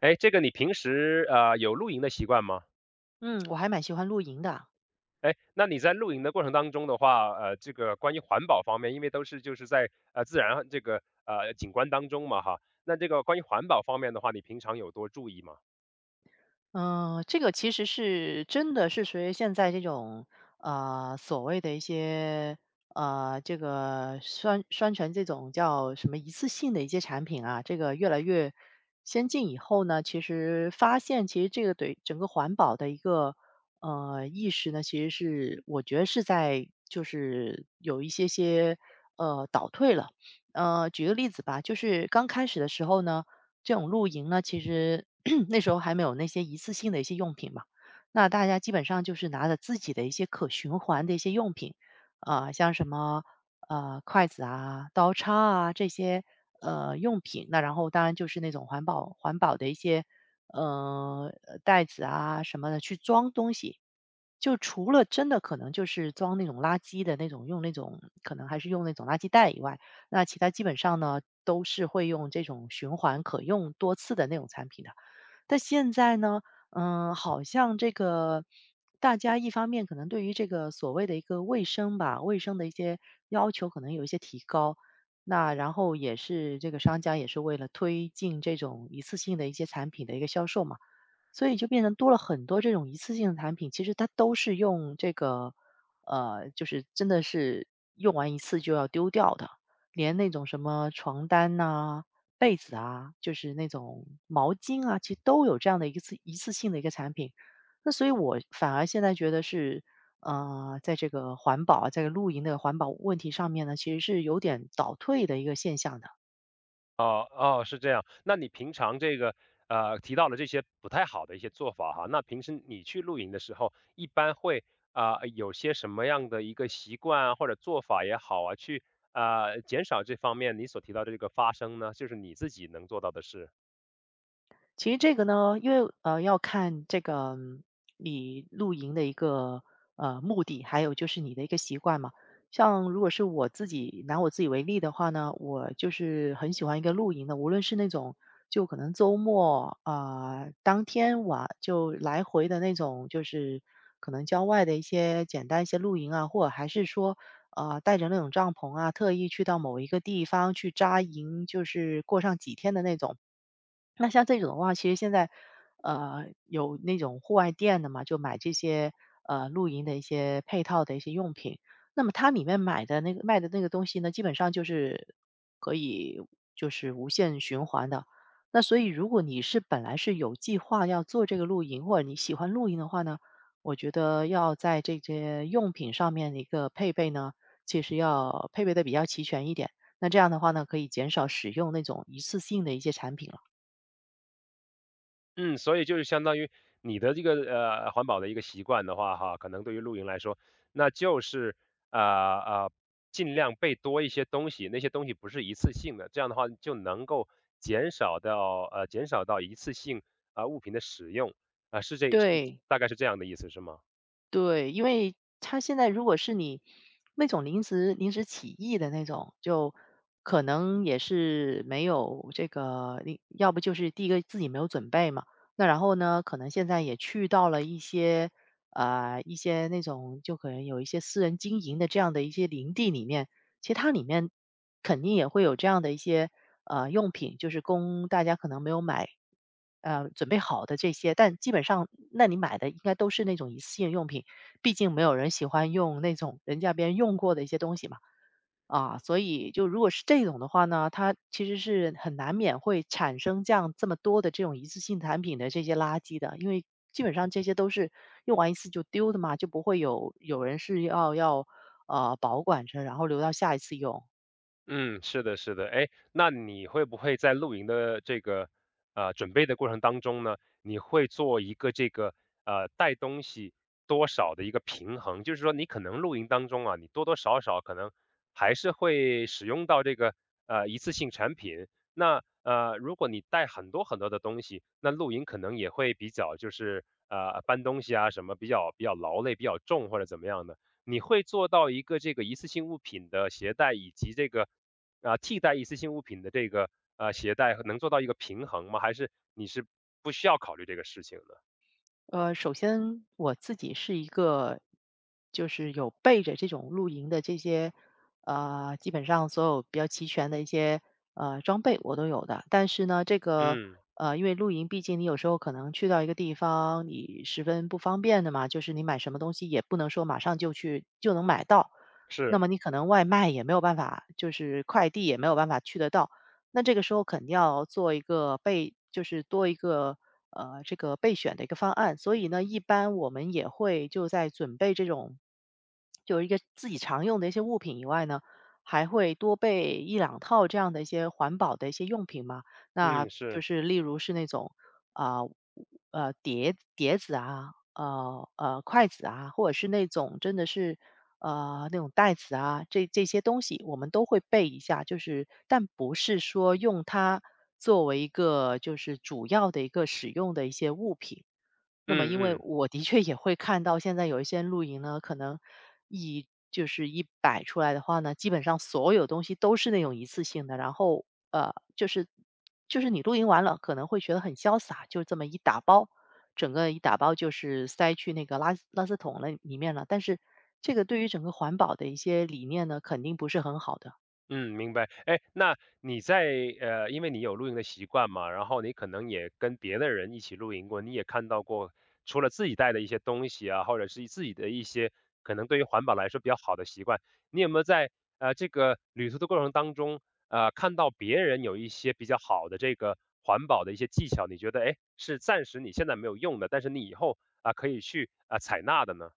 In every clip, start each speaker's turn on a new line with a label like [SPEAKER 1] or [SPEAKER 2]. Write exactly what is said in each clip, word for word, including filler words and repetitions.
[SPEAKER 1] 哎，这个你平时呃有露营的习惯吗？
[SPEAKER 2] 嗯，我还蛮喜欢露营的。
[SPEAKER 1] 哎，那你在露营的过程当中的话，呃，这个关于环保方面，因为都是就是在呃自然这个呃景观当中嘛哈，那这个关于环保方面的话，你平常有多注意吗？
[SPEAKER 2] 嗯、这个其实是真的是随着现在这种呃所谓的一些呃这个宣宣传这种叫什么一次性的一些产品啊，这个越来越先进以后呢，其实发现其实这个对整个环保的一个呃意识呢，其实是我觉得是在就是有一些些呃倒退了。呃，举个例子吧，就是刚开始的时候呢。这种露营呢，其实 那时候还没有那些一次性的一些用品嘛，那大家基本上就是拿着自己的一些可循环的一些用品，啊、像什么呃筷子啊、刀叉啊这些呃用品，那然后当然就是那种环保环保的一些呃袋子啊什么的去装东西。就除了真的可能就是装那种垃圾的那种，用那种可能还是用那种垃圾袋以外，那其他基本上呢，都是会用这种循环可用多次的那种产品的。但现在呢，嗯，好像这个大家一方面可能对于这个所谓的一个卫生吧，卫生的一些要求可能有一些提高。那然后也是这个商家也是为了推进这种一次性的一些产品的一个销售嘛，所以就变成多了很多这种一次性的产品，其实它都是用这个，呃，就是真的是用完一次就要丢掉的，连那种什么床单呐、被子啊，就是那种毛巾啊，其实都有这样的一个次一次性的一个产品。那所以我反而现在觉得是，呃，在这个环保啊，在这个露营的环保问题上面呢，其实是有点倒退的一个现象的。
[SPEAKER 1] 哦哦，是这样。那你平常这个呃提到了这些不太好的一些做法哈，那平时你去露营的时候，一般会啊、呃有些什么样的一个习惯啊，或者做法也好啊，去啊、呃减少这方面你所提到的这个发生呢？就是你自己能做到的事。
[SPEAKER 2] 其实这个呢，因为呃要看这个嗯你露营的一个呃目的，还有就是你的一个习惯嘛。像如果是我自己拿我自己为例的话呢，我就是很喜欢一个露营的，无论是那种就可能周末啊、呃当天晚就来回的那种，就是可能郊外的一些简单一些露营啊，或者还是说啊带着那种帐篷啊，特意去到某一个地方去扎营，就是过上几天的那种。那像这种的话，其实现在，呃，有那种户外店的嘛，就买这些呃露营的一些配套的一些用品。那么它里面买的那个卖的那个东西呢，基本上就是可以就是无限循环的。那所以如果你是本来是有计划要做这个露营，或者你喜欢露营的话呢，我觉得要在这些用品上面的一个配备呢，其实要配备的比较齐全一点。那这样的话呢，可以减少使用那种一次性的一些产品了。
[SPEAKER 1] 嗯，所以就是相当于你的这个呃环保的一个习惯的话，哈，可能对于露营来说，那就是啊啊、呃呃尽量备多一些东西，那些东西不是一次性的，这样的话就能够减少到呃减少到一次性啊、呃物品的使用啊、是这是
[SPEAKER 2] 对，
[SPEAKER 1] 大概是这样的意思是吗？
[SPEAKER 2] 对，因为他现在如果是你那种临时临时起意的那种，就可能也是没有这个，你要不就是第一个自己没有准备嘛，那然后呢，可能现在也去到了一些呃一些那种就可能有一些私人经营的这样的一些林地里面，其实它里面肯定也会有这样的一些呃用品，就是供大家可能没有买，呃，准备好的这些，但基本上那你买的应该都是那种一次性用品，毕竟没有人喜欢用那种人家别人用过的一些东西嘛。啊，所以就如果是这种的话呢，它其实是很难免会产生这样这么多的这种一次性产品的这些垃圾的，因为基本上这些都是用完一次就丢的嘛，就不会有有人是要要呃保管着，然后留到下一次用。
[SPEAKER 1] 嗯，是的，是的。哎，那你会不会在露营的这个呃准备的过程当中呢，你会做一个这个呃带东西多少的一个平衡？就是说，你可能露营当中啊，你多多少少可能还是会使用到这个呃一次性产品。那呃，如果你带很多很多的东西，那露营可能也会比较就是呃搬东西啊什么比较比较劳累、比较重或者怎么样的。你会做到一个这个一次性物品的携带以及这个，啊，替代一次性物品的这个，呃，携带能做到一个平衡吗？还是你是不需要考虑这个事情的？
[SPEAKER 2] 呃，首先我自己是一个，就是有备着这种露营的这些，呃，基本上所有比较齐全的一些呃装备我都有的。但是呢，这个
[SPEAKER 1] 嗯，
[SPEAKER 2] 呃，因为露营，毕竟你有时候可能去到一个地方，你十分不方便的嘛，就是你买什么东西也不能说马上就去就能买到，那
[SPEAKER 1] 是，
[SPEAKER 2] 么你可能外卖也没有办法，就是快递也没有办法去得到。那这个时候肯定要做一个备就是多一个，呃，这个备选的一个方案。所以呢，一般我们也会就在准备这种有一个自己常用的一些物品以外呢，还会多备一两套这样的一些环保的一些用品嘛。那
[SPEAKER 1] 嗯，
[SPEAKER 2] 就
[SPEAKER 1] 是，
[SPEAKER 2] 是例如是那种，啊，呃，碟碟子啊，呃，呃，筷子啊，或者是那种真的是呃，那种袋子啊，这这些东西我们都会备一下，就是但不是说用它作为一个就是主要的一个使用的一些物品。那么
[SPEAKER 1] 嗯
[SPEAKER 2] 因为
[SPEAKER 1] 嗯。
[SPEAKER 2] 我的确也会看到现在有一些露营呢，可能一就是一摆出来的话呢，基本上所有东西都是那种一次性的，然后，呃，就是就是你露营完了可能会觉得很潇洒，就这么一打包，整个一打包就是塞去那个垃圾垃圾桶了里面了，但是这个对于整个环保的一些理念呢，肯定不是很好的。
[SPEAKER 1] 嗯，明白。哎，那你在呃，因为你有露营的习惯嘛，然后你可能也跟别的人一起露营过，你也看到过除了自己带的一些东西啊，或者是自己的一些可能对于环保来说比较好的习惯，你有没有在呃这个旅途的过程当中，呃，看到别人有一些比较好的这个环保的一些技巧，你觉得哎是暂时你现在没有用的，但是你以后啊、可以去啊、采纳的呢？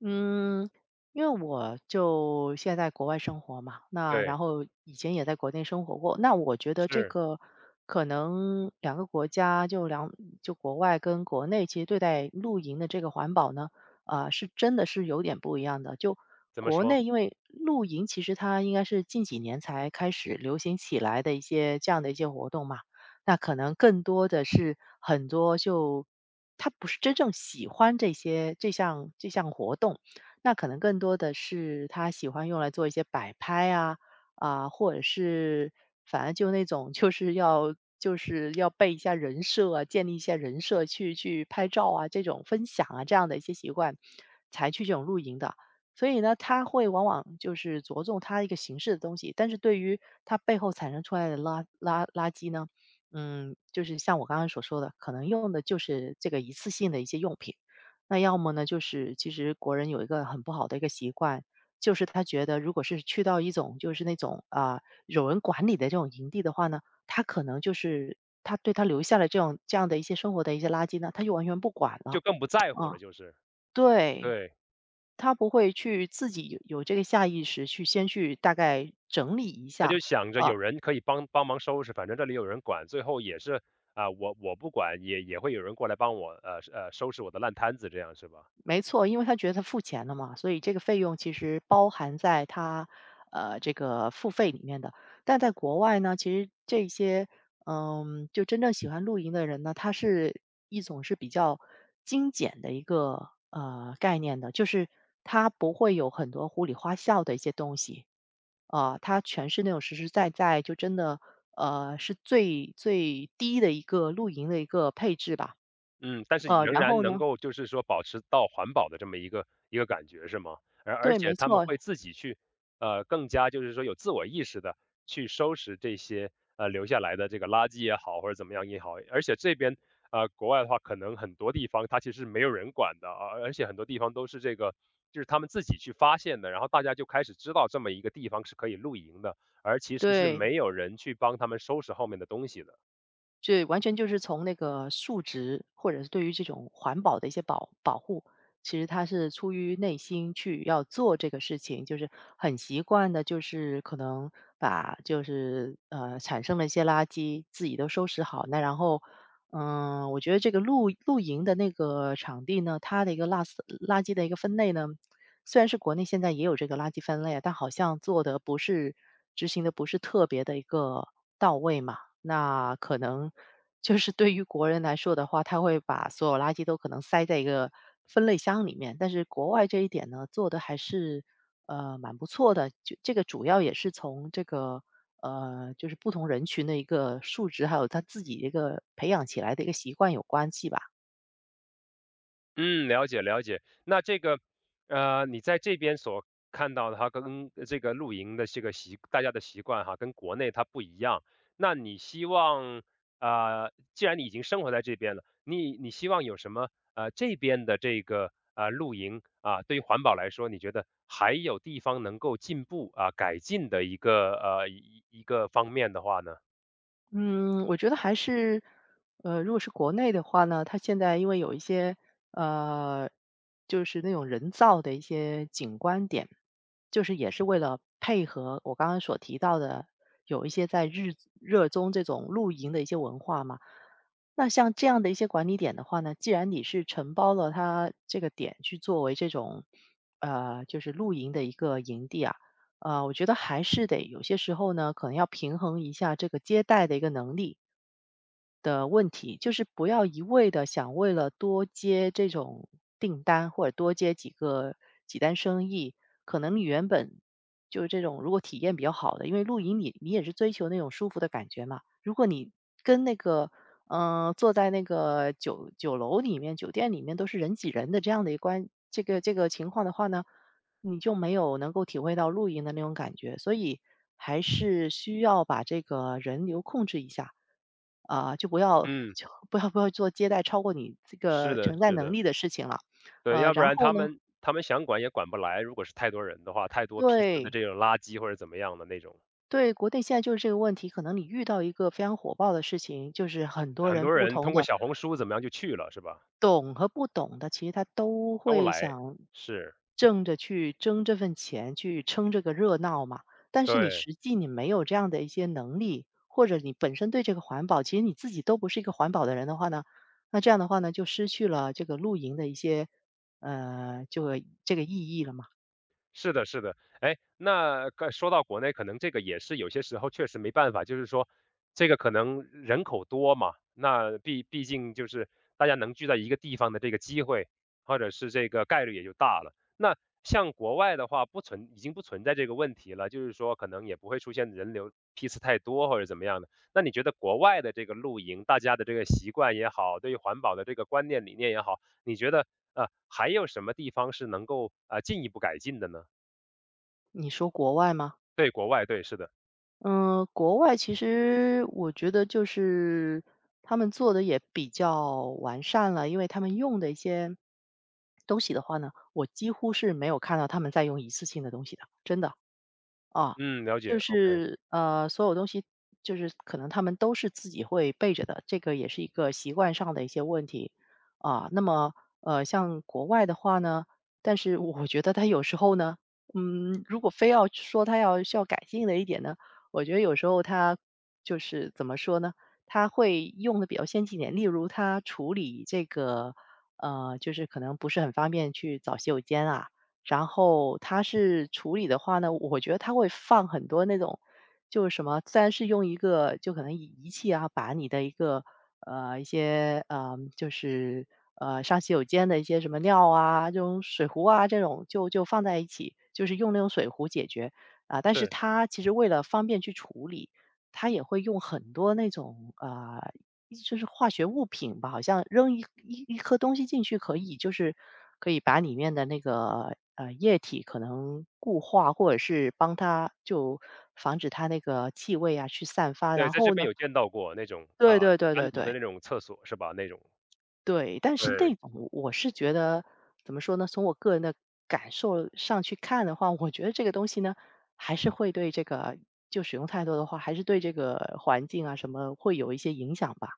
[SPEAKER 2] 嗯，因为我就现在在国外生活嘛，那然
[SPEAKER 1] 对，
[SPEAKER 2] 后以前也在国内生活过，那我觉得这
[SPEAKER 1] 是
[SPEAKER 2] 个可能两个国家就两就国外跟国内，其实对待露营的这个环保呢，啊、是真的是有点不一样的。就
[SPEAKER 1] 怎么
[SPEAKER 2] 国
[SPEAKER 1] 说，
[SPEAKER 2] 内，因为露营其实它应该是近几年才开始流行起来的一些这样的一些活动嘛，那可能更多的是很多就他不是真正喜欢这些这项这项活动，那可能更多的是他喜欢用来做一些摆拍啊啊，或者是反正就那种就是要就是要背一下人设啊，建立一下人设去去拍照啊，这种分享啊这样的一些习惯，才去这种露营的。所以呢，他会往往就是着重它一个形式的东西，但是对于它背后产生出来的垃垃垃圾呢，嗯，就是像我刚刚所说的，可能用的就是这个一次性的一些用品。那要么呢，就是其实国人有一个很不好的一个习惯，就是他觉得如果是去到一种就是那种啊、有人管理的这种营地的话呢，他可能就是他对他留下了这种这样的一些生活的一些垃圾呢，他就完全不管了
[SPEAKER 1] 就更不在乎
[SPEAKER 2] 啊、
[SPEAKER 1] 了，就是
[SPEAKER 2] 对
[SPEAKER 1] 对。
[SPEAKER 2] 他不会去自己有有这个下意识去先去大概整理一
[SPEAKER 1] 他就
[SPEAKER 2] 下，
[SPEAKER 1] 想着有人可以帮帮忙收拾，反正这里有人管，最后也是啊、我我不管也也会有人过来帮我呃呃收拾我的烂摊子，这样是吧？
[SPEAKER 2] 没错，因为他觉得他付钱了嘛，所以这个费用其实包含在他呃这个付费里面的。但在国外呢，其实这些嗯，就真正喜欢露营的人呢，他是一种是比较精简的一个呃概念的，就是他不会有很多糊里花哨的一些东西啊，他全是那种实实在在，就真的呃是最最低的一个露营的一个配置吧。
[SPEAKER 1] 嗯，但是
[SPEAKER 2] 呃，
[SPEAKER 1] 仍
[SPEAKER 2] 然
[SPEAKER 1] 然
[SPEAKER 2] 后
[SPEAKER 1] 能
[SPEAKER 2] 呢，
[SPEAKER 1] 够就是说保持到环保的这么一个一个感觉是吗？而而
[SPEAKER 2] 对，
[SPEAKER 1] 且
[SPEAKER 2] 没
[SPEAKER 1] 他们
[SPEAKER 2] 错，
[SPEAKER 1] 会自己去，呃，更加就是说有自我意识的去收拾这些，呃，留下来的这个垃圾也好，或者怎么样也好。而且这边，呃，国外的话，可能很多地方它其实是没有人管的啊，而而且很多地方都是这个就是他们自己去发现的，然后大家就开始知道这么一个地方是可以露营的，而其实是
[SPEAKER 2] 对，
[SPEAKER 1] 没有人去帮他们收拾后面的东西的。
[SPEAKER 2] 对，完全就是从那个数值，或者是对于这种环保的一些保保护，其实他是出于内心去要做这个事情，就是很习惯的，就是可能把就是呃产生了一些垃圾自己都收拾好，那然后嗯、呃我觉得这个露露营的那个场地呢，它的一个垃圾垃圾的一个分类呢，虽然是国内现在也有这个垃圾分类啊，但好像做的不是执行的不是特别的一个到位嘛。那可能就是对于国人来说的话，他会把所有垃圾都可能塞在一个分类箱里面。但是国外这一点呢，做的还是呃蛮不错的。就这个主要也是从这个呃，就是不同人群的一个数值，还有他自己一个培养起来的一个习惯有关系吧。
[SPEAKER 1] 嗯，了解了解。那这个，呃，你在这边所看到的哈，跟呃这个露营的这个习，大家的习惯哈，跟国内它不一样。那你希望，呃，既然你已经生活在这边了，你你希望有什么，呃，这边的这个呃露营啊，对于环保来说，你觉得还有地方能够进步啊，改进的一个呃一一个方面的话呢？
[SPEAKER 2] 嗯，我觉得还是，呃，如果是国内的话呢，它现在因为有一些呃，就是那种人造的一些景观点，就是也是为了配合我刚刚所提到的，有一些在日热衷这种露营的一些文化嘛。那像这样的一些管理点的话呢，既然你是承包了它这个点去作为这种呃，就是露营的一个营地啊。啊，我觉得还是得有些时候呢，可能要平衡一下这个接待的一个能力的问题，就是不要一味的想为了多接这种订单或者多接几个几单生意，可能你原本就是这种如果体验比较好的，因为露营你你也是追求那种舒服的感觉嘛，如果你跟那个嗯、呃坐在那个酒酒楼里面、酒店里面都是人挤人的这样的一关这个这个情况的话呢，你就没有能够体会到露营的那种感觉，所以还是需要把这个人流控制一下啊，就不要
[SPEAKER 1] 嗯，
[SPEAKER 2] 就不要不要做接待超过你这
[SPEAKER 1] 是
[SPEAKER 2] 个
[SPEAKER 1] 的，
[SPEAKER 2] 承载
[SPEAKER 1] 是
[SPEAKER 2] 能
[SPEAKER 1] 的。
[SPEAKER 2] 力的事情了。
[SPEAKER 1] 对，
[SPEAKER 2] 呃，
[SPEAKER 1] 要不
[SPEAKER 2] 然
[SPEAKER 1] 然
[SPEAKER 2] 后
[SPEAKER 1] 他
[SPEAKER 2] 呢，
[SPEAKER 1] 们他们想管也管不来，如果是太多人的话，太多批次的
[SPEAKER 2] 对
[SPEAKER 1] 这种垃圾或者怎么样的那种，
[SPEAKER 2] 对，国内现在就是这个问题，可能你遇到一个非常火爆的事情，就是很多
[SPEAKER 1] 很
[SPEAKER 2] 人
[SPEAKER 1] 多
[SPEAKER 2] 不
[SPEAKER 1] 人
[SPEAKER 2] 同
[SPEAKER 1] 通过
[SPEAKER 2] 的
[SPEAKER 1] 小红书怎么样就去了，是吧？
[SPEAKER 2] 懂和不懂的，其实他都
[SPEAKER 1] 都
[SPEAKER 2] 会
[SPEAKER 1] 来，
[SPEAKER 2] 想
[SPEAKER 1] 是，
[SPEAKER 2] 挣着去争这份钱，去撑这个热闹嘛。但是你
[SPEAKER 1] 对。
[SPEAKER 2] 实际你没有这样的一些能力，或者你本身对这个环保，其实你自己都不是一个环保的人的话呢，那这样的话呢，就失去了这个露营的一些呃，这个这个意义了嘛。
[SPEAKER 1] 是的，是的，哎，那个说到国内，可能这个也是有些时候确实没办法，就是说这个可能人口多嘛，那毕毕竟就是大家能聚在一个地方的这个机会，或者是这个概率也就大了。那像国外的话，不存已经不存在这个问题了，就是说可能也不会出现人流批次太多或者怎么样的。那你觉得国外的这个露营，大家的这个习惯也好，对于环保的这个观念理念也好，你觉得呃还有什么地方是能够呃进一步改进的呢？
[SPEAKER 2] 你说国外吗？
[SPEAKER 1] 对，国外，对，是的。
[SPEAKER 2] 嗯，国外其实我觉得就是他们做的也比较完善了，因为他们用的一些东西的话呢，我几乎是没有看到他们在用一次性的东西的，真的。啊，
[SPEAKER 1] 嗯，了解
[SPEAKER 2] 就
[SPEAKER 1] ，OK，
[SPEAKER 2] 是，呃，所有东西就是可能他们都是自己会备着的，这个也是一个习惯上的一些问题。啊，那么，呃，像国外的话呢，但是我觉得他有时候呢，嗯，如果非要说他要需要改进的一点呢，我觉得有时候他就是怎么说呢，他会用的比较先进一点，例如他处理这个，呃，就是可能不是很方便去找洗手间啊，然后它是处理的话呢，我觉得它会放很多那种，就是什么，自然是用一个就可能仪仪器啊，把你的一个呃一些呃就是呃上洗手间的一些什么尿啊，这种水壶啊这种就就放在一起，就是用那种水壶解决啊、但是
[SPEAKER 1] 是，
[SPEAKER 2] 它其实为了方便去处理，它也会用很多那种啊、呃就是化学物品吧，好像扔一一一颗东西进去可以，就是可以把里面的那个呃液体可能固化，或者是帮它就防止它那个气味啊去散发。
[SPEAKER 1] 对，
[SPEAKER 2] 然
[SPEAKER 1] 在这
[SPEAKER 2] 后
[SPEAKER 1] 边
[SPEAKER 2] 呢，
[SPEAKER 1] 有见到过那种，啊，
[SPEAKER 2] 对对对对
[SPEAKER 1] 单独的
[SPEAKER 2] 对
[SPEAKER 1] 那种厕所是吧？那种，
[SPEAKER 2] 对，但是那
[SPEAKER 1] 对。
[SPEAKER 2] 种我我是觉得怎么说呢？从我个人的感受上去看的话，我觉得这个东西呢，还是会对这个就使用太多的话，还是对这个环境啊什么会有一些影响吧。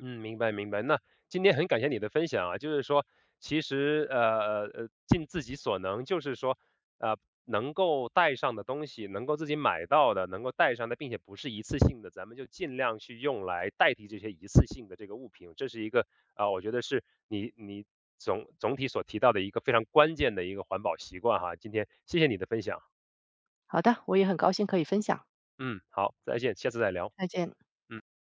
[SPEAKER 1] 嗯，明白明白。那今天很感谢你的分享啊，就是说，其实呃呃呃，尽自己所能，就是说，呃，能够带上的东西，能够自己买到的，能够带上的，并且不是一次性的，咱们就尽量去用来代替这些一次性的这个物品。这是一个啊、我觉得是你你总总体所提到的一个非常关键的一个环保习惯哈。今天谢谢你的分享，
[SPEAKER 2] 好的，我也很高兴可以分享，
[SPEAKER 1] 嗯，好，再见，下次再聊，
[SPEAKER 2] 再见。
[SPEAKER 1] 嗯。